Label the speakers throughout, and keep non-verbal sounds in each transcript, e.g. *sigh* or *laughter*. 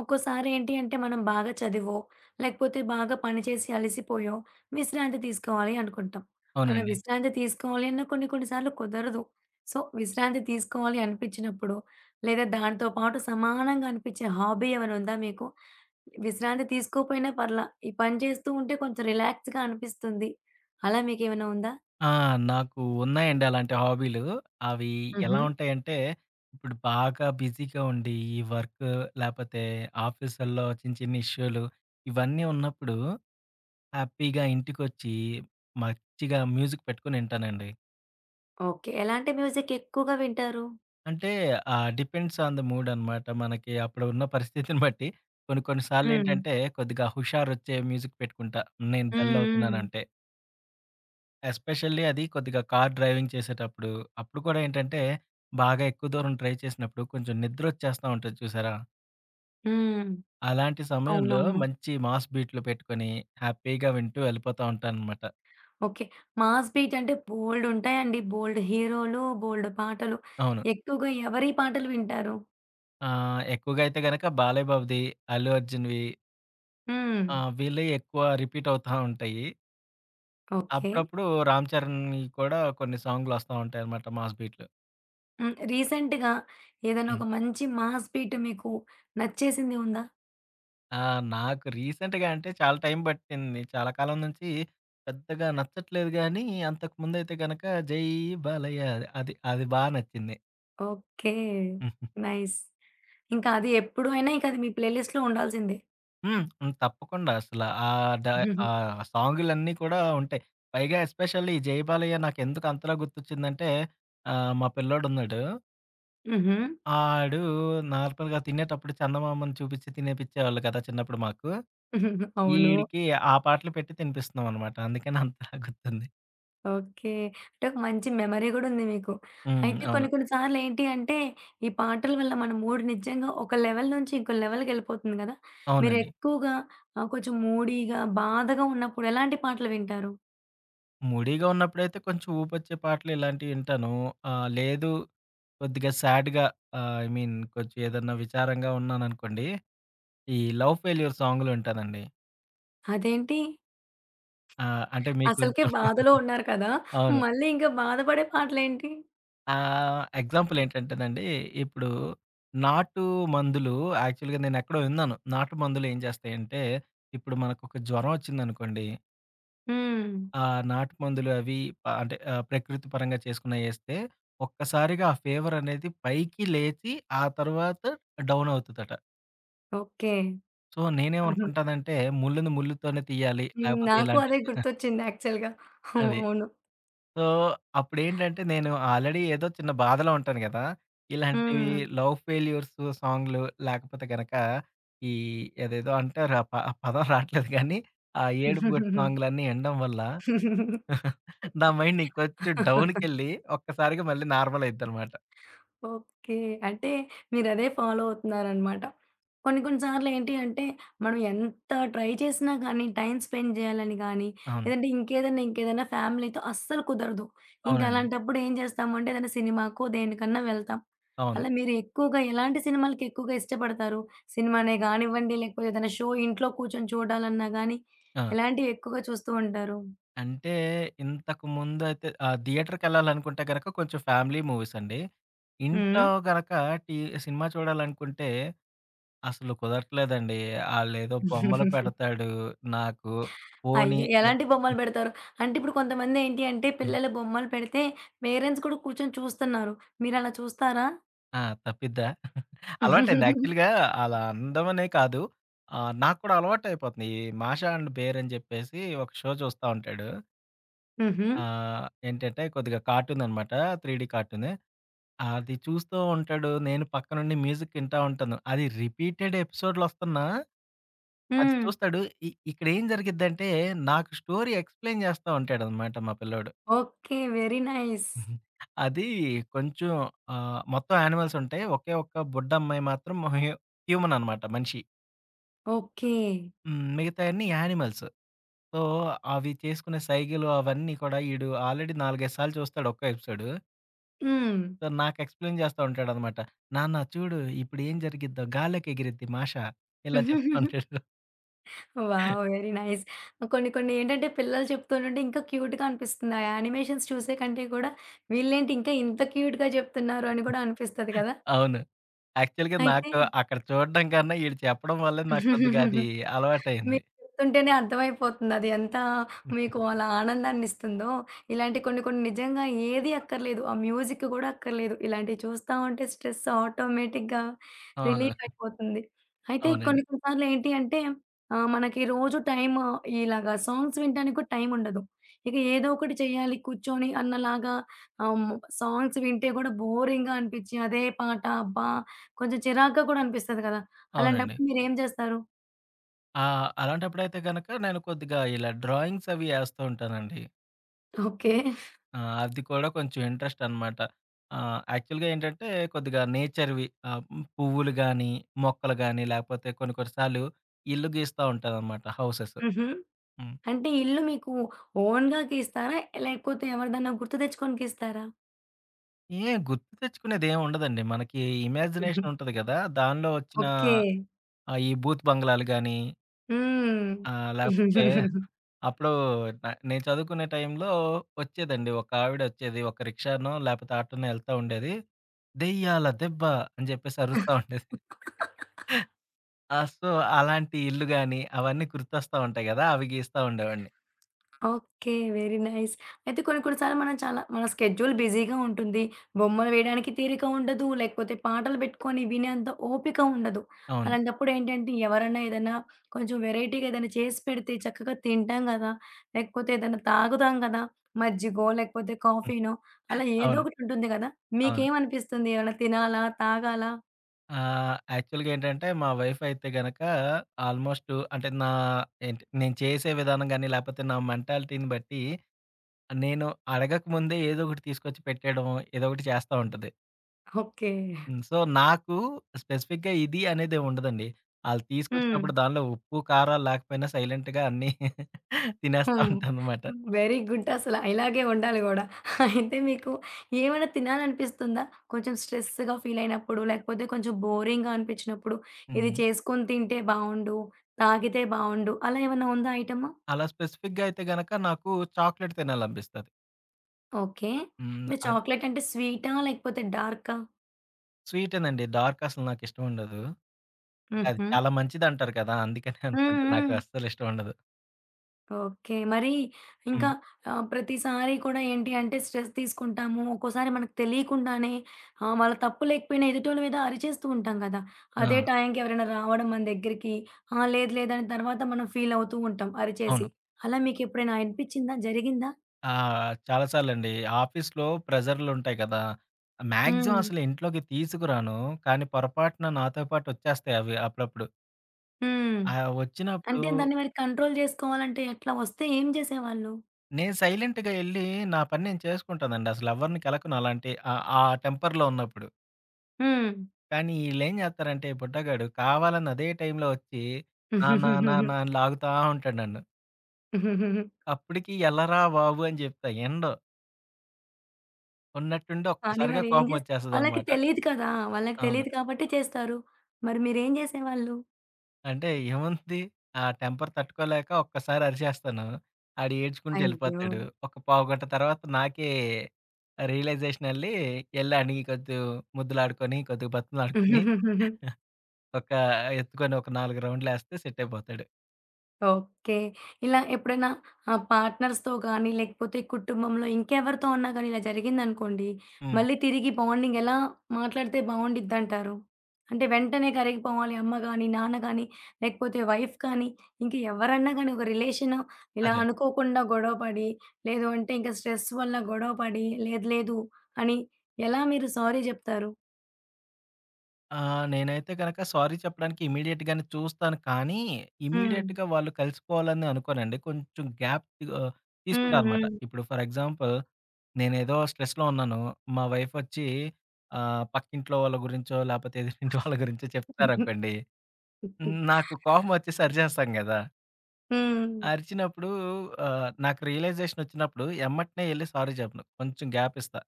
Speaker 1: ఒక్కోసారి ఏంటి అంటే మనం బాగా చదివో, లేకపోతే బాగా పనిచేసి అలసిపోయో విశ్రాంతి తీసుకోవాలి అనుకుంటాం. అలా
Speaker 2: అవునండి.
Speaker 1: విశ్రాంతి తీసుకోవాలి అన్న కొన్ని కొన్ని సార్లు కుదరదు. సో, విశ్రాంతి తీసుకోవాలి అనిపించినప్పుడు, లేదా దాంతో పాటు సమానంగా అనిపించే హాబీ ఏమైనా ఉందా మీకు? విశ్రాంతి తీసుకోపోయినా పర్లా, ఈ పని చేస్తూ ఉంటే కొంచెం రిలాక్స్‌గా అనిపిస్తుంది. అలా మీకేమైనా ఉందా?
Speaker 2: ఆ! నాకు ఉన్నాయండి అలాంటి హాబీలు. అవి ఎలా
Speaker 1: హుహు.
Speaker 2: ఉంటాయంటే, ఇప్పుడు బాగా బిజీగా ఉండి, ఈ వర్క్ లేపోతే ఆఫీసుల్లో చిన్న చిన్న ఇష్యూలు ఇవన్నీ ఉన్నప్పుడు హ్యాపీగా ఇంటికొచ్చి మంచిగా మ్యూజిక్ పెట్టుకొని వింటానండి.
Speaker 1: ఓకే. ఎలాంటి మ్యూజిక్ ఎక్కువగా వింటారు?
Speaker 2: అంటే డిపెండ్స్ ఆన్ ద మూడ్ అనమాట. మనకి అప్పుడు ఉన్న పరిస్థితిని బట్టి కొన్ని కొన్ని
Speaker 1: హ్మ్.
Speaker 2: సార్లేంటంటే కొద్దిగా హుషారొచ్చే మ్యూజిక్ పెట్టుకుంటా నేను
Speaker 1: హ్మ్.
Speaker 2: డల్
Speaker 1: హ్మ్.
Speaker 2: అవుతున్నానంటే. ఎస్పెషల్లీ అది కొద్దిగా కార్ డ్రైవింగ్ చేసేటప్పుడు, అప్పుడు కూడా ఏంటంటే, బాగా ఎక్కువ దూరం డ్రైవ్ చేసినప్పుడు కొంచెం నిద్రొచ్చేస్తా ఉంటది చూసారా?
Speaker 1: హ్మ్.
Speaker 2: అలాంటి సమయంలో
Speaker 1: అవునవును.
Speaker 2: మంచి మాస్ బీట్లు పెట్టుకొని, హ్యాపీగా వింటూ వెళ్ళిపోతా ఉంటాననమాట.
Speaker 1: ఓకే. మాస్ బీట్ అంటే బోలెడుంటాయండి. బోలెడు హీరోలు, బోలెడు పాటలు.
Speaker 2: అవును.
Speaker 1: ఎక్కువగా ఎవరి పాటలు వింటారు?
Speaker 2: ఎక్కువగా అయితే గనక బాలయ్య బాబుది, అల్లు అర్జున్‌వి.
Speaker 1: హ్మ్.
Speaker 2: వీళ్ళయి ఎక్కువ రిపీట్ అవుతా ఉంటాయి.
Speaker 1: ఓకే.
Speaker 2: అప్పుడప్పుడు రామ్ చరణ్‌వి కూడా కొన్ని సాంగ్‌లొస్తా ఉంటాయనమాట మాస్ బీట్లు.
Speaker 1: హ్మ్. రీసెంట్‌గా ఏదైనా
Speaker 2: హ్మ్.
Speaker 1: ఒక మంచి మాస్ బీట్ మీకు నచ్చేసింది ఉందా?
Speaker 2: ఆ! నాకు రీసెంట్‌గా అంటే చాలా టైం పట్టింది. చాలా కాలం నుంచి పెద్దగా నచ్చట్లేదు గానీ, అంతకుముందయితే గనక 'జై బాలయ్య' అది అది బా నచ్చింది.
Speaker 1: ఓకే.
Speaker 2: హ్మ్.
Speaker 1: నైస్. ఇంకా అది ఎప్పుడు అయినా ఇంక అది మీ ప్లే లిస్ట్‌లో ఉండాల్సిందే.
Speaker 2: హ్మ్. తప్పకుండా అసల ఆ డ
Speaker 1: హుహు.
Speaker 2: ఆ సాంగులన్నీ కూడా ఉంటాయి. పైగా ఎస్పెషల్లీ 'జై బాలయ్య' నాకెందుకు అంతలా గుర్తొచ్చిందంటే, మా పిల్లోడున్నాడు.
Speaker 1: హుహు.
Speaker 2: ఆడు నార్మల్‌గా తినేటప్పుడు చందమామను చూపిచ్చి తినిపిచ్చేవాళ్ళు కదా! చిన్నప్పుడు మాకు.
Speaker 1: *laughs* అవును.
Speaker 2: ఈడికి ఆ పాటలు పెట్టి తినిపిస్తున్నామనమాట. అందుకని అంతలా గుర్తుంది.
Speaker 1: ఓకే. అంటే ఒక మంచి మెమరీ గూడా ఉంది మీకు.
Speaker 2: హ్మ్.
Speaker 1: అయితే
Speaker 2: అవును.
Speaker 1: కొన్ని కొన్ని సార్లు ఏంటి అంటే, ఈ పాటల వల్ల మన మూడ్ నిజంగా ఒక లెవెల్ నుంచి ఇంకో లెవెల్‌కెళ్ళిపోతుంది గదా! మీరు
Speaker 2: అవునండి.
Speaker 1: ఎక్కువగా కొంచెం మూడీగా, బాధగా ఉన్నప్పుడు ఎలాంటి పాటలు వింటారు?
Speaker 2: మూడీగా ఉన్నప్పుడైతే కొంచెం ఊపొచ్చే పాటలు ఇలాంటివి వింటాను. లేదు, కొద్దిగా సాడ్‌గా, ఐ మీన్ కొంచెం ఏదన్నా విచారంగా ఉన్నాననుకోండి. ఈ 'లవ్ ఫెయిల్యూర్' సాంగ్‌లు వింటానండి.
Speaker 1: అదేంటి
Speaker 2: అంటే మీకు
Speaker 1: అసలకే
Speaker 2: కొంచెం
Speaker 1: బాధలో
Speaker 2: *laughs*
Speaker 1: ఉన్నారు కదా!
Speaker 2: అవును.
Speaker 1: మళ్ళీ ఇంకా బాధపడే పాటలేంటి?
Speaker 2: ఎగ్జాంపుల్ ఏంటంటేనండి, ఇప్పుడు 'నాటు మందులు' యాక్చువల్‌గా నేనెక్కడో విన్నాను. 'నాటు మందులు' ఏం చేస్తాయంటే, ఇప్పుడు మనకొక జ్వరం వచ్చిందనుకోండి.
Speaker 1: హ్మ్.
Speaker 2: ఆ! నాటు మందులు అవి అంటే ప్రకృతి పరంగా చేసుకున్నయేస్తే, ఒక్కసారిగా ఆ ఫీవర్ అనేది పైకి లేచి, ఆ తర్వాత డౌన్ అవుతదట.
Speaker 1: ఓకే.
Speaker 2: సో,
Speaker 1: హ్మ్.
Speaker 2: నేనేమనుకుంటానంటే, ముళ్ళుని ముళ్ళుతోనే తీయాలి. లేకపోతే
Speaker 1: నాకు
Speaker 2: ఇలాంటి
Speaker 1: అదే
Speaker 2: *laughs*
Speaker 1: గుర్తొచ్చింది యాక్చువల్‌గా.
Speaker 2: అది.
Speaker 1: అవును.
Speaker 2: సో, అప్పుడేంటంటే, నేను ఆల్రెడీ ఏదో చిన్న బాధలో ఉంటాను గదా! ఇలాంటివి,
Speaker 1: హ్మ్.
Speaker 2: లవ్ ఫెయిల్యూర్స్ సాంగ్‌లు లేకపోతే గనక, ఈ ఏదేదో అంటారు. ఆ పదం రాట్లేదు గానీ, ఆ ఏడుపుగొట్టు సాంగ్‌లన్నీ ఇనడం వల్ల నా మైండ్ ఇంకొంచెం డౌన్‌కెళ్ళి ఒక్కసారిగా మళ్ళీ నార్మల్ అయిద్దనమాట.
Speaker 1: ఓకే. అంటే మీరదే ఫాలో అవుతున్నారనమాట. కొన్ని కొన్ని సార్లు ఏంటి అంటే, మనం ఎంత ట్రై చేసినా గానీ, టైమ్ స్పెండ్ జేయాలని గానీ,
Speaker 2: అవును.
Speaker 1: లేదంటే ఇంకేదన్నా, ఇంకేదన్నా ఫ్యామిలీతో అస్సలు కుదరదు. ఇంక
Speaker 2: అవునండి.
Speaker 1: అలాంటప్పుడు ఏం చేస్తామంటే, ఏదైనా సినిమాకో దేనికన్నా వెళ్తాం.
Speaker 2: అవును.
Speaker 1: అలా మీరు ఎక్కువగా ఎలాంటి సినిమాలకి ఎక్కువగా ఇష్టపడతారు? సినిమానే గానివ్వండి, లేకపోతే ఏదైనా షో ఇంట్లో కూర్చొని చూడాలన్నా గానీ,
Speaker 2: ఆ!
Speaker 1: ఎలాంటివి ఎక్కువగా చూస్తూ ఉంటారు?
Speaker 2: అంటే ఇంతకు ముందయితే థియేటర్‌కెళ్ళాలనుకుంటే గనక కొంచెం ఫ్యామిలీ మూవీస్ అండి. ఇంట్లో గనక టీ సినిమా చూడాలనుకుంటే అసలు కుదరట్లేదండి. ఆళ్ళేదో బొమ్మలు
Speaker 1: హ్మ్.
Speaker 2: పెడతాడు నాకు. పోనీ
Speaker 1: అయ్యో! ఎలాంటి బొమ్మలు పెడతారు? అంటే ఇప్పుడు కొంతమందేంటి అంటే పిల్లలు బొమ్మలు పెడితే పేరెంట్స్ కూడా కూర్చొని చూస్తున్నారు. మీరలా చూస్తారా?
Speaker 2: ఆ! తప్పిద్దా? అలవాటండి. యాక్చువల్‌గా అలా అనడమనే కాదు. నాకు కూడా అలవాటయిపోతుంది. ఈ 'మాషా అండ్ బేర్' అని చెప్పేసి ఒక షో చూస్తా ఉంటాడు.
Speaker 1: హుహు.
Speaker 2: ఏంటంటే కొద్దిగా కార్టూననమాట. 3 డీ కార్టూను. అది చూస్తూ ఉంటాడు. నేను పక్కనుండి మ్యూజిక్ వింటా ఉంటాను. అది రిపీటెడ్ ఎపిసోడ్‌లొస్తున్నా అది
Speaker 1: హ్మ్.
Speaker 2: చూస్తాడు. ఇక్కడేం జరిగిద్దంటే నాకు స్టోరీ ఎక్స్‌ప్లెయిన్ చేస్తా ఉంటాడనమాట మా పిల్లోడు.
Speaker 1: ఓకే. Very nice.
Speaker 2: అది కొంచెం, మొత్తం యానిమల్స్ ఉంటాయి. ఒకే ఒక్క బుడ్డమ్మాయి మాత్రం హ్యూమన్ అనమాట, మనిషి.
Speaker 1: ఓకే.
Speaker 2: హ్మ్. మిగతాయన్నీ యానిమల్స్. సో, అవి చేసుకునే సైగలు అవన్నీ కూడా ఈడు ఆల్రెడీ 4, 5 సార్లు చూస్తాడు ఒక్కో ఎపిసోడు.
Speaker 1: హ్మ్.
Speaker 2: సో, నాకు ఎక్స్‌ప్లెయిన్ చేస్తా ఉంటాడనమాట. "నాన్న చూడు ఇప్పుడు ఏం జరిగిద్దో, గాల్లోకి ఎగిరిద్ది మాష" ఇలా చెప్తా ఉంటాడు.
Speaker 1: వావ్! Very nice. కొన్ని కొన్ని ఏంటంటే పిల్లలు చెప్తుంటుంటే ఇంకా క్యూట్‌గా అనిపిస్తుంది. ఆ యానిమేషన్స్ చూసే కంటే కూడా వీళ్ళేంటి ఇంకా ఇంత క్యూట్‌గా చెప్తున్నారు అని కూడా అనిపిస్తది కదా!
Speaker 2: అవును. యాక్చువల్‌గా
Speaker 1: అయితే
Speaker 2: నాకు అక్కడ చూడడం కన్నా ఈడు చెప్పడం వల్లే నాకు కొద్దిగా అది అలవాటయింది.
Speaker 1: మీరు చెప్తుంటేనే అర్థమైపోతుంది. అది ఎంత మీకు అలా ఆనందాన్నిస్తుందో. ఇలాంటి కొన్ని కొన్ని నిజంగా ఏది అక్కర్లేదు. ఆ మ్యూజిక్ గూడా అక్కర్లేదు. ఇలాంటివి చూస్తా ఉంటే స్ట్రెస్ ఆటోమేటిక్‌గా
Speaker 2: అవును.
Speaker 1: రిలీఫ్ అయిపోతుంది. అయితే
Speaker 2: అవునండి.
Speaker 1: కొన్ని కొన్ని సార్లు ఏంటి అంటే మనకి రోజు టైమ్ ఇలాగా సాంగ్స్ వినడానికి కూడా టైం ఉండదు. ఇక ఏదో ఒకటి చేయాలి కూర్చొని అన్నలాగా ఆహ్, సాంగ్స్ వింటే గూడా బోరింగ్‌గా అనిపిచ్చి అదే పాట అబ్బా! కొంచెం చిరాకుగా కూడా అనిపిస్తది కదా!
Speaker 2: అవునండి.
Speaker 1: అలాంటప్పుడు మీరేం జేస్తారు?
Speaker 2: ఆ! అలాంటప్పుడైతే గనక నేను కొద్దిగా ఇలా డ్రాయింగ్స్ అవి ఏస్తూ ఉంటానండి.
Speaker 1: ఓకే.
Speaker 2: ఆ! అది కూడా కొంచెం ఇంట్రెస్ట్ అనమాట. యాక్చువల్‌గా ఏంటంటే కొద్దిగా నేచర్‌వి, పువ్వులు గానీ, మొక్కలు గానీ, లేకపోతే కొన్ని కొన్ని సార్లు ఇల్లు గీస్తా ఉంటాననమాట, హౌసెస్.
Speaker 1: హుహు.
Speaker 2: హ్మ్.
Speaker 1: అంటే ఇల్లు మీకు ఓన్‌గాకి ఇస్తారా? లేకపోతే ఎవరిదన్నా గుర్తు తెచ్చుకోనికిస్తారా?
Speaker 2: ఏం గుర్తు తెచ్చుకునేదేం ఉండదండి. మనకి ఇమాజినేషన్ ఉంటది గదా! దానిలో వచ్చిన
Speaker 1: ఓకే.
Speaker 2: ఈ భూత్ బంగ్లాలు గానీ,
Speaker 1: హ్మ్.
Speaker 2: లేకపోతే అప్పుడు నేను చదువుకునే టైంలో వచ్చేదండి. ఒక ఆవిడొచ్చేది. ఒక రిక్షానో, లేపోతే ఆటోనో ఎళ్తా ఉండేది. దెయ్యాల దెబ్బ అని జెప్పేసి అరుస్తా ఉండేది. ఆ! సో, అలాంటి ఇల్లు గాని, అవన్నీ గుర్తొస్తా ఉంటాయి గదా! అవి గీస్తా ఉండేవాడిని.
Speaker 1: ఓకే. Very nice. అయితే కొన్ని కొన్ని సార్లు మనం చాలా మన స్కెడ్యూల్ బిజీగా ఉంటుంది. బొమ్మలు వేయడానికి తీరిక ఉండదు. లేకపోతే పాటలు పెట్టుకొని వినేంత ఓపిక ఉండదు.
Speaker 2: అవును.
Speaker 1: అలాంటప్పుడు ఏంటంటే ఎవరన్నా ఏదైనా కొంచెం వెరైటీగా ఏదైనా చేసి పెడితే చక్కగా తింటాం గదా! లేకపోతే ఏదైనా తాగుతాం గదా! మజ్జిగో లేకపోతే
Speaker 2: హ్మ్.
Speaker 1: కాఫీనో అలా ఏదో
Speaker 2: అవును.
Speaker 1: ఒకటి ఉంటుంది గదా!
Speaker 2: అవును.
Speaker 1: మీకేమనిపిస్తుంది? ఏమన్నా తినాలా? తాగాలా?
Speaker 2: యాక్చువల్‌గా ఏంటంటే, మా వైఫ్ అయితే గనక ఆల్‌మోస్ట్ అంటే, నా ఏంటి నేను చేసే విధానం గాని, లేపోతే నా మెంటాలిటీని బట్టి నేను అడగక ముందే ఏదో ఒకటి తీసుకొచ్చి పెట్టేయడం, ఏదో ఒకటి చేస్తా ఉంటది.
Speaker 1: ఓకే.
Speaker 2: హ్మ్. సో, నాకు స్పెసిఫిక్‌గా ఇది అనేదేముండదండి. ఆళ్ళు
Speaker 1: హ్మ్.
Speaker 2: తీసుకొచ్చినప్పుడు దానిలో ఉప్పు, కారాలు లేకపోయినా సైలెంట్‌గా అన్నీ తినేస్తా
Speaker 1: హ్మ్.
Speaker 2: ఉంటాననమాట.
Speaker 1: వెరీ గుడ్ అసల. ఇలాగే ఉండాలి గూడా. అయితే మీకు ఏమైనా తినాలనిపిస్తుందా? కొంచెం స్ట్రెస్‌గా ఫీల్ అయినప్పుడు, లేకపోతే కొంచెం బోరింగ్‌గా అనిపించినప్పుడు, ఇది
Speaker 2: హ్మ్.
Speaker 1: చేసుకొని తింటే బావుండు, తాగితే బావుండు అలా ఏమన్నా ఉందా ఐటెమ్?
Speaker 2: అలా స్పెసిఫిక్‌గా అయితే గనక నాకు చాక్లెట్ తినాలనిపిస్తది.
Speaker 1: ఓకే.
Speaker 2: హ్మ్.
Speaker 1: అంటే
Speaker 2: అది
Speaker 1: చాక్లేట్ అంటే స్వీటా? లేకపోతే డార్కా?
Speaker 2: స్వీటేనండి. డార్క్ అసలు నాకిష్టముండదు. అంటే అది
Speaker 1: హుహు.
Speaker 2: చాలా మంచిదంటారు కదా! అందుకనే అనుకుంట
Speaker 1: హ్మ్.
Speaker 2: నాకు
Speaker 1: హ్మ్.
Speaker 2: అస్సలిష్టం ఉండదు.
Speaker 1: ఓకే. మరి
Speaker 2: హ్మ్.
Speaker 1: ఇంకా ప్రతిసారి కూడా ఏంటి అంటే స్ట్రెస్ తీసుకుంటాము. ఒక్కోసారి మనకు తెలియకుండానే వాళ్ళ తప్పు లేకపోయినా ఎదుటోళ్ళ మీద అరిచేస్తూ ఉంటాం కదా!
Speaker 2: ఆ!
Speaker 1: అదే టైంకి ఎవరైనా రావడం మన దగ్గరికి, ఆ! లేదు లేదని తర్వాత మనం ఫీల్ అవుతూ ఉంటాం అరిచేసి.
Speaker 2: అవును.
Speaker 1: అలా మీకెప్పుడైనా అనిపించిందా? జరిగిందా?
Speaker 2: చాలా సార్లండి. ఆఫీస్‌లో ప్రెషర్‌లుంటాయి కదా! మాక్సిమం
Speaker 1: హ్మ్.
Speaker 2: అసలు ఇంట్లోకి తీసుకురాను. కానీ పొరపాటున నాతో పాటు ఒచ్చేస్తాయి అవి అప్పుడప్పుడు.
Speaker 1: హ్మ్.
Speaker 2: ఆ! వచ్చినప్పుడు
Speaker 1: అంటే దాన్ని మరి కంట్రోల్ జేసుకోవాలంటే ఎట్లా? వస్తే ఏం జేసేవాళ్ళు?
Speaker 2: నేను సైలెంట్‌గా ఎళ్లి నా పని నేను చేసుకుంటానండి. అసలు ఎవరిని కెలకను అలాంటి ఆ ఆ టెంపర్‌లో ఉన్నప్పుడు.
Speaker 1: హ్మ్.
Speaker 2: కానీ ఈళ్ళేం జేత్తారంటే బుడ్డగాడు కావాలని అదే టైంలో వచ్చి, నా నా నా
Speaker 1: *laughs*
Speaker 2: నా అని లాగుతా ఉంటాడు నన్ను. అప్పటికి ఎళ్ళరా బాబు అని జెప్తా. వినడు. ఉన్నట్టుండి
Speaker 1: కానీ
Speaker 2: ఒక్కసారిగా
Speaker 1: మరేం
Speaker 2: కోపం
Speaker 1: చేస్ వాళ్ళకి
Speaker 2: వచ్చేస్తదనమాట.
Speaker 1: తెలీదు కదా! వాళ్ళకి
Speaker 2: అవును.
Speaker 1: తెలీదు కాబట్టి చేస్తారు. మరి మీరేం చేసేవాళ్ళు?
Speaker 2: అంటే ఏముంది? ఆ టెంపర్ తట్టుకోలేక ఒక్కసారి అరిచేస్తాను. ఆడు ఏడ్చుకుంటూ
Speaker 1: అయ్యో!
Speaker 2: ఎళ్ళిపోతాడు. ఒక పావుగంట తర్వాత నాకే రియలైజేషన్ ఎళ్ళి, ఎళ్లి ఆడిని కొద్దిగా ముద్దులాడుకొని, కొద్దిగా బతిమలాడుకొని, *laughs* ఒక ఎత్తుకొని ఒక 4 రౌండ్‌లేస్తే సెట్ అయిపోతాడు.
Speaker 1: ఓకే. ఇలా ఎప్పుడైనా పార్ట్నర్స్‌తో గానీ, లేకపోతే కుటుంబంలో ఇంకెవరితో ఉన్నా గానీ ఇలా జరిగిందనుకోండి,
Speaker 2: హ్మ్.
Speaker 1: మళ్ళీ తిరిగి బాండింగ్ ఎలా మాట్లాడితే బావుండిద్దంటారు? అంటే వెంటనే కరిగిపోవాలి అమ్మ గానీ, నాన్న గానీ, లేకపోతే వైఫ్ కానీ, ఇంక ఎవరన్నా గానీ ఒక రిలేషను ఇలా
Speaker 2: అదే.
Speaker 1: అనుకోకుండా గొడవ పడి, లేదు అంటే ఇంక స్ట్రెస్ వల్ల గొడవ పడి, లేదు లేదు అని ఎలా మీరు సారీ జెప్తారు?
Speaker 2: ఆ! నేనైతే గనక సారీ చెప్పడానికి ఇమ్మీడియేట్‌గానే చూస్తాను. కానీ,
Speaker 1: హ్మ్.
Speaker 2: ఇమ్మీడియేట్‌గా వాళ్ళు కలిసిపోవాలని అనుకోనండి. కొంచెం గ్యాప్ ఆహ్, తీసుకుంటా అనమాట.
Speaker 1: హ్మ్.
Speaker 2: ఇప్పుడు ఫర్ ఎగ్జాంపుల్, నేనేదో స్ట్రెస్‌లో ఉన్నాను. మా వైఫ్ వచ్చి పక్కింట్లో వాళ్ళ గురించో, లేపోతే ఎదురింటి వాళ్ళ గురించో చెప్తారనుకోండి. హ్మ్. నాకు కోపం వచ్చేసి అరిచేస్తాను గదా!
Speaker 1: హ్మ్. హ్మ్.
Speaker 2: అరిచినప్పుడు, నాకు రియలైజేషన్ వచ్చినప్పుడు ఎమ్మటనే ఎళ్లి సారీ చెప్పను. కొంచెం గ్యాప్ ఇస్తా.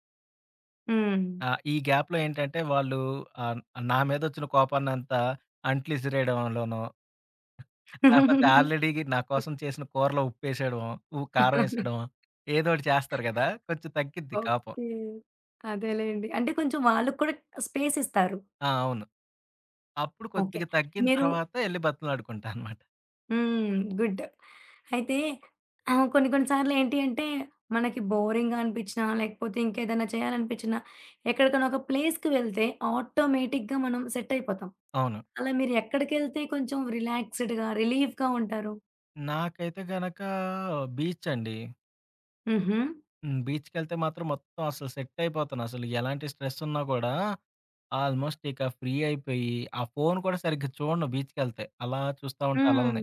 Speaker 1: హ్మ్.
Speaker 2: ఆ! ఈ గ్యాప్‌లో ఏంటంటే వాళ్ళు ఆహ్, నా మీదొచ్చిన కోపాన్నంతా అంట్లు ఇసిరేయడంలోనో, లేపోతే ఆల్రెడీ నా కోసం చేసిన కూరలో ఉప్పేసేయడమో, కారం
Speaker 1: *laughs*
Speaker 2: ఏసేయడమో
Speaker 1: *laughs*
Speaker 2: ఏదో ఒకటి చేస్తారు గదా! కొంచెం తగ్గిద్ది కోపం.
Speaker 1: ఓకే. అదేలెండి. అంటే కొంచెం వాళ్ళకి కూడా స్పేస్ ఇస్తారు.
Speaker 2: ఆ! అవును. అప్పుడు
Speaker 1: ఓకే.
Speaker 2: కొద్దిగా తగ్గిన
Speaker 1: మీరు
Speaker 2: తర్వాత ఎళ్లి బతిమలాడుకుంటా అనమాట.
Speaker 1: హ్మ్. గుడ్. అయితే కొన్ని కొన్ని సార్లు ఏంటి అంటే మనకి బోరింగ్‌గా అనిపించినా, లేకపోతే ఇంకేదైనా చేయాలనిపించినా, ఎక్కడికైనా ఒక ప్లేస్‌కి వెళ్తే ఆటోమేటిక్‌గా మనం సెట్ అయిపోతాం.
Speaker 2: అవును.
Speaker 1: అలా మీరు ఎక్కడికెళ్తే కొంచెం రిలాక్స్‌డ్‌గా, రిలీఫ్‌గా ఉంటారు?
Speaker 2: నాకైతే గనక బీచ్ అండి.
Speaker 1: హుహు.
Speaker 2: హ్మ్. బీచ్‌కెళ్తే మాత్రం మొత్తం అసలు సెట్ అయిపోతాను. అసలు ఎలాంటి స్ట్రెస్ ఉన్నా గూడా ఆల్మోస్ట్ ఇక ఫ్రీ అయిపోయి, ఆ ఫోను కూడా సరిగ్గా చూడను బీచ్‌కెళ్తే. అలా చూస్తా ఉంటా
Speaker 1: హ్మ్.
Speaker 2: అలల్ని.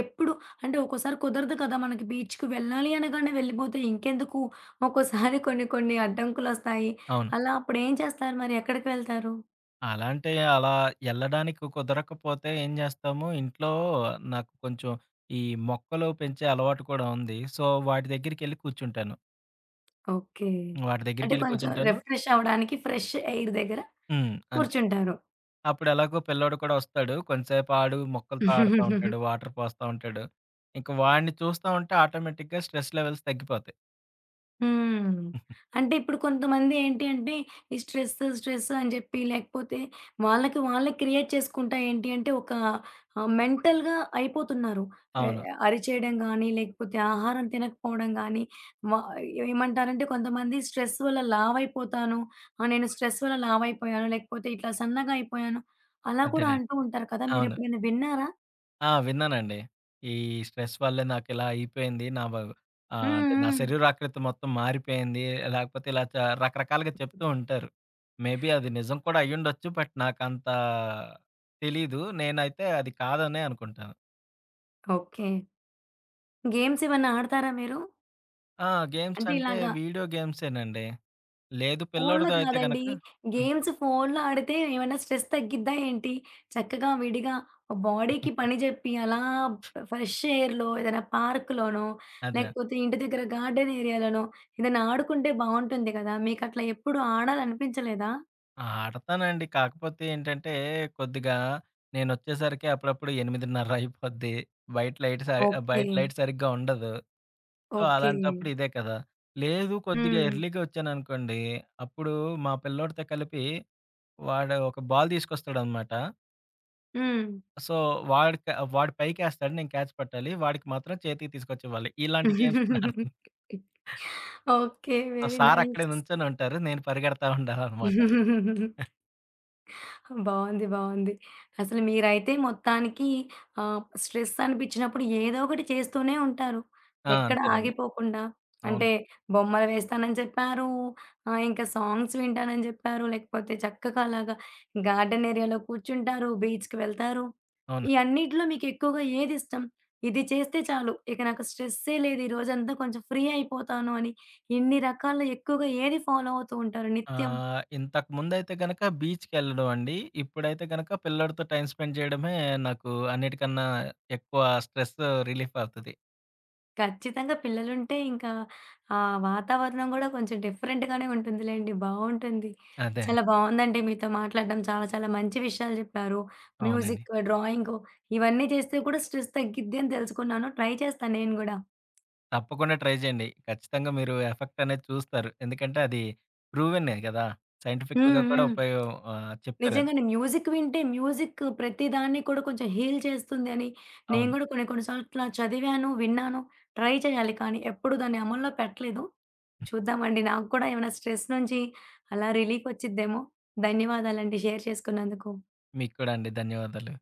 Speaker 1: ఎప్పుడు అంటే ఒక్కోసారి కుదరదు కదా! మనకి బీచ్‌కి వెళ్ళాలి అనగానే వెళ్ళిపోతే ఇంకెందుకు? ఒక్కోసారి కొన్ని కొన్ని అడ్డంకులొస్తాయి.
Speaker 2: అవును.
Speaker 1: అలా అప్పుడేం చేస్తారు మరి? ఎక్కడికి వెళ్తారు?
Speaker 2: అలా అంటే అలా ఎళ్ళడానికి కుదరకపోతే ఏం జేస్తాము, ఇంట్లో నాకు కొంచెం ఈ మొక్కలు పెంచే అలవాటు కూడా ఉంది. సో, వాటి దగ్గరికెళ్ళి కూర్చుంటాను.
Speaker 1: ఓకే.
Speaker 2: వాటి
Speaker 1: అంటే
Speaker 2: దగ్గరికెళ్ళి
Speaker 1: కొంచెం
Speaker 2: కూర్చుంటాను
Speaker 1: రిఫ్రెష్ అవ్వడానికి ఫ్రెష్ ఎయిర్ దగ్గర
Speaker 2: హ్మ్. అంతే.
Speaker 1: కూర్చుంటారు.
Speaker 2: అప్పుడు ఎలాగో పిల్లోడు కూడా వస్తాడు. కొంతసేపు ఆడు మొక్కలతో ఆడుతా ఉంటాడు. వాటర్ పోస్తా ఉంటాడు. ఇంక వాడిని చూస్తా ఉంటే ఆటోమేటిక్‌గా స్ట్రెస్ లెవెల్స్ తగ్గిపోతాయి.
Speaker 1: హ్మ్. అంటే ఇప్పుడు కొంతమంది ఏంటి అంటే, ఈ స్ట్రెస్, స్ట్రెస్ అని చెప్పి లేకపోతే వాళ్ళకి వాళ్ళే క్రియేట్ చేసుకుంటా ఏంటి అంటే ఒక మెంటల్‌గా అయిపోతున్నారు. ఎ
Speaker 2: అవును.
Speaker 1: అరిచేయడం గానీ, లేకపోతే ఆహారం తినకపోవడం గానీ, మా ఏమంటారంటే కొంతమంది స్ట్రెస్ వల్ల లావైపోతాను. ఆ! నేను స్ట్రెస్ వల్ల లావైపోయాను. లేకపోతే ఇట్లా సన్నగా అయిపోయాను. అలా కూడా
Speaker 2: అదేనండి.
Speaker 1: అంటూ ఉంటారు కదా!
Speaker 2: అవును.
Speaker 1: మీరెప్పుడైనా విన్నారా?
Speaker 2: ఆ! విన్నానండి. ఈ స్ట్రెస్ వల్లే నాకిలా అయిపోయింది. నా వ
Speaker 1: హ్మ్.
Speaker 2: అంటే నా
Speaker 1: హ్మ్.
Speaker 2: శరీరాకృతి మొత్తం మారిపోయింది. లేకపోతే ఇలా చ రకరకాలుగా చెప్తూ ఉంటారు. మేబీ అది నిజం కూడా అయ్యుండొచ్చు. బట్ నాకంత తెలీదు. నేనైతే అది కాదనే అనుకుంటాను.
Speaker 1: ఓకే. గేమ్స్ ఏమన్నా ఆడతారా మీరు?
Speaker 2: ఆ! గేమ్స్
Speaker 1: అంటే
Speaker 2: అంటే
Speaker 1: ఇలాగ
Speaker 2: వీడియో గేమ్సేనండి. లేదు,
Speaker 1: ఫోన్‌లో
Speaker 2: పిల్లోడితో అయితే
Speaker 1: కాదండి.
Speaker 2: గనక, హ్మ్.
Speaker 1: గేమ్స్ ఫోన్‌లో ఆడితే ఏమైనా స్ట్రెస్ తగ్గిద్దా ఏంటి? చక్కగా విడిగా బాడీకి పని జెప్పి అలా ఫ్రెష్ ఎయిర్‌లో ఏదైనా పార్క్‌లోనో,
Speaker 2: అదే.
Speaker 1: లేకపోతే ఇంటి దగ్గర గార్డెన్ ఏరియాలోనో ఏదైనా ఆడుకుంటే బావుంటుంది కదా! మీకట్లా ఎప్పుడు ఆడాలనిపించలేదా?
Speaker 2: ఆడతానండి. కాకపోతే ఏంటంటే కొద్దిగా నేనొచ్చేసరికి అప్పుడప్పుడు 8:30 అయిపోద్ది. బయట లైట్ స
Speaker 1: ఓకే.
Speaker 2: బయట లైట్ సరిగ్గా ఉండదు. So,
Speaker 1: okay.
Speaker 2: అలాంటప్పుడు ఇదే కదా! లేదు కొద్దిగా
Speaker 1: హ్మ్.
Speaker 2: ఎర్లీ‌గా ఒచ్చాననుకోండి, అప్పుడు మా పిల్లోడితో కలిపి వాడు ఒక బాల్ తీసుకొస్తాడనమాట.
Speaker 1: హ్మ్.
Speaker 2: సో, వాడిక వాడు పైకేస్తాడు. నేను క్యాచ్ పట్టాలి. వాడికి మాత్రం చేతికి తీసుకొచ్చివ్వాలి. ఇలాంటి గేమ్స్ నేనాడతాను.
Speaker 1: *laughs* ఓకే.
Speaker 2: సో,
Speaker 1: వెరీ
Speaker 2: సార్ అక్కడే
Speaker 1: నైస్.
Speaker 2: నుంచొనుంటారు. నేను పరిగెడతా ఉండాలనమాట.
Speaker 1: బావుంది. బావుంది. అసలు మీరైతే మొత్తానికి స్ట్రెస్ అనిపించినప్పుడు ఏదో ఒకటి చేస్తూనే ఉంటారు.
Speaker 2: ఆ!
Speaker 1: ఎక్కడ
Speaker 2: అంతేనండి.
Speaker 1: ఆగిపోకుండా.
Speaker 2: అవును.
Speaker 1: అంటే బొమ్మలు వేస్తానని చెప్పారు. ఇంకా సాంగ్స్ వింటానని చెప్పారు. లేకపోతే చక్కగా అలాగా గార్డెన్ ఏరియాలో కూర్చుంటారు. బీచ్‌కి వెళ్తారు.
Speaker 2: అవును.
Speaker 1: ఈ అన్నిట్లో మీకు ఎక్కువగా ఏదిష్టం? ఇది చేస్తే చాలు. ఇక నాకు స్ట్రెస్సే లేదు. ఈ రోజంతా కొంచెం ఫ్రీ అయిపోతాను అని ఇన్ని రకాల ఎక్కువగా ఏది ఫాలో అవుతూ ఉంటారు నిత్యం?
Speaker 2: ఇంతకుముందైతే గనక బీచ్‌కెళ్ళడం అండి. ఇప్పుడైతే గనక పిల్లోడితో టైమ్ స్పెండ్ చేయడమే నాకు అన్నిటికన్నా ఎక్కువ స్ట్రెస్ రిలీఫ్ అవుతది.
Speaker 1: ఖచ్చితంగా పిల్లలుంటే ఇంకా ఆ వాతావరణం గూడా కొంచెం డిఫరెంట్‌గానే ఉంటుందిలెండి. బావుంటుంది.
Speaker 2: అదే.
Speaker 1: చాలా బావుందండి మీతో మాట్లాడడం. చాలా చాలా మంచి విషయాలు జెప్పారు.
Speaker 2: అవునండి.
Speaker 1: మ్యూజిక్, డ్రాయింగు ఇవన్నీ చేస్తే కూడా స్ట్రెస్ తగ్గిద్ది అని తెలుసుకున్నాను. ట్రై చేస్తాను నేను గూడా.
Speaker 2: తప్పకుండా ట్రై చేయండి. ఖచ్చితంగా మీరు ఎఫెక్ట్ అనేది చూస్తారు. ఎందుకంటే అది ప్రూవెనే కదా! సైంటిఫికల్‌గా
Speaker 1: హ్మ్.
Speaker 2: కూడా
Speaker 1: హ్మ్.
Speaker 2: ఉపయోగం చెప్పారది.
Speaker 1: నిజంగానే మ్యూజిక్ వింటే మ్యూజిక్ ప్రతిదాన్ని కూడా కొంచెం హీల్ చేస్తుంది అని నేను
Speaker 2: అవును.
Speaker 1: కూడా కొన్ని కొన్ని సార్లు ఇట్లా చదివాను, విన్నాను. ట్రై చేయాలి కానీ ఎప్పుడు దాన్ని అమల్లో పెట్టలేదు. చూద్దామండి. నాకు కూడా ఏమైనా స్ట్రెస్ నుంచి అలా రిలీఫ్ వచ్చిద్దేమో. ధన్యవాదాలండి షేర్ చేసుకున్నందుకు.
Speaker 2: మీకు కూడా అండి. ధన్యవాదాలు.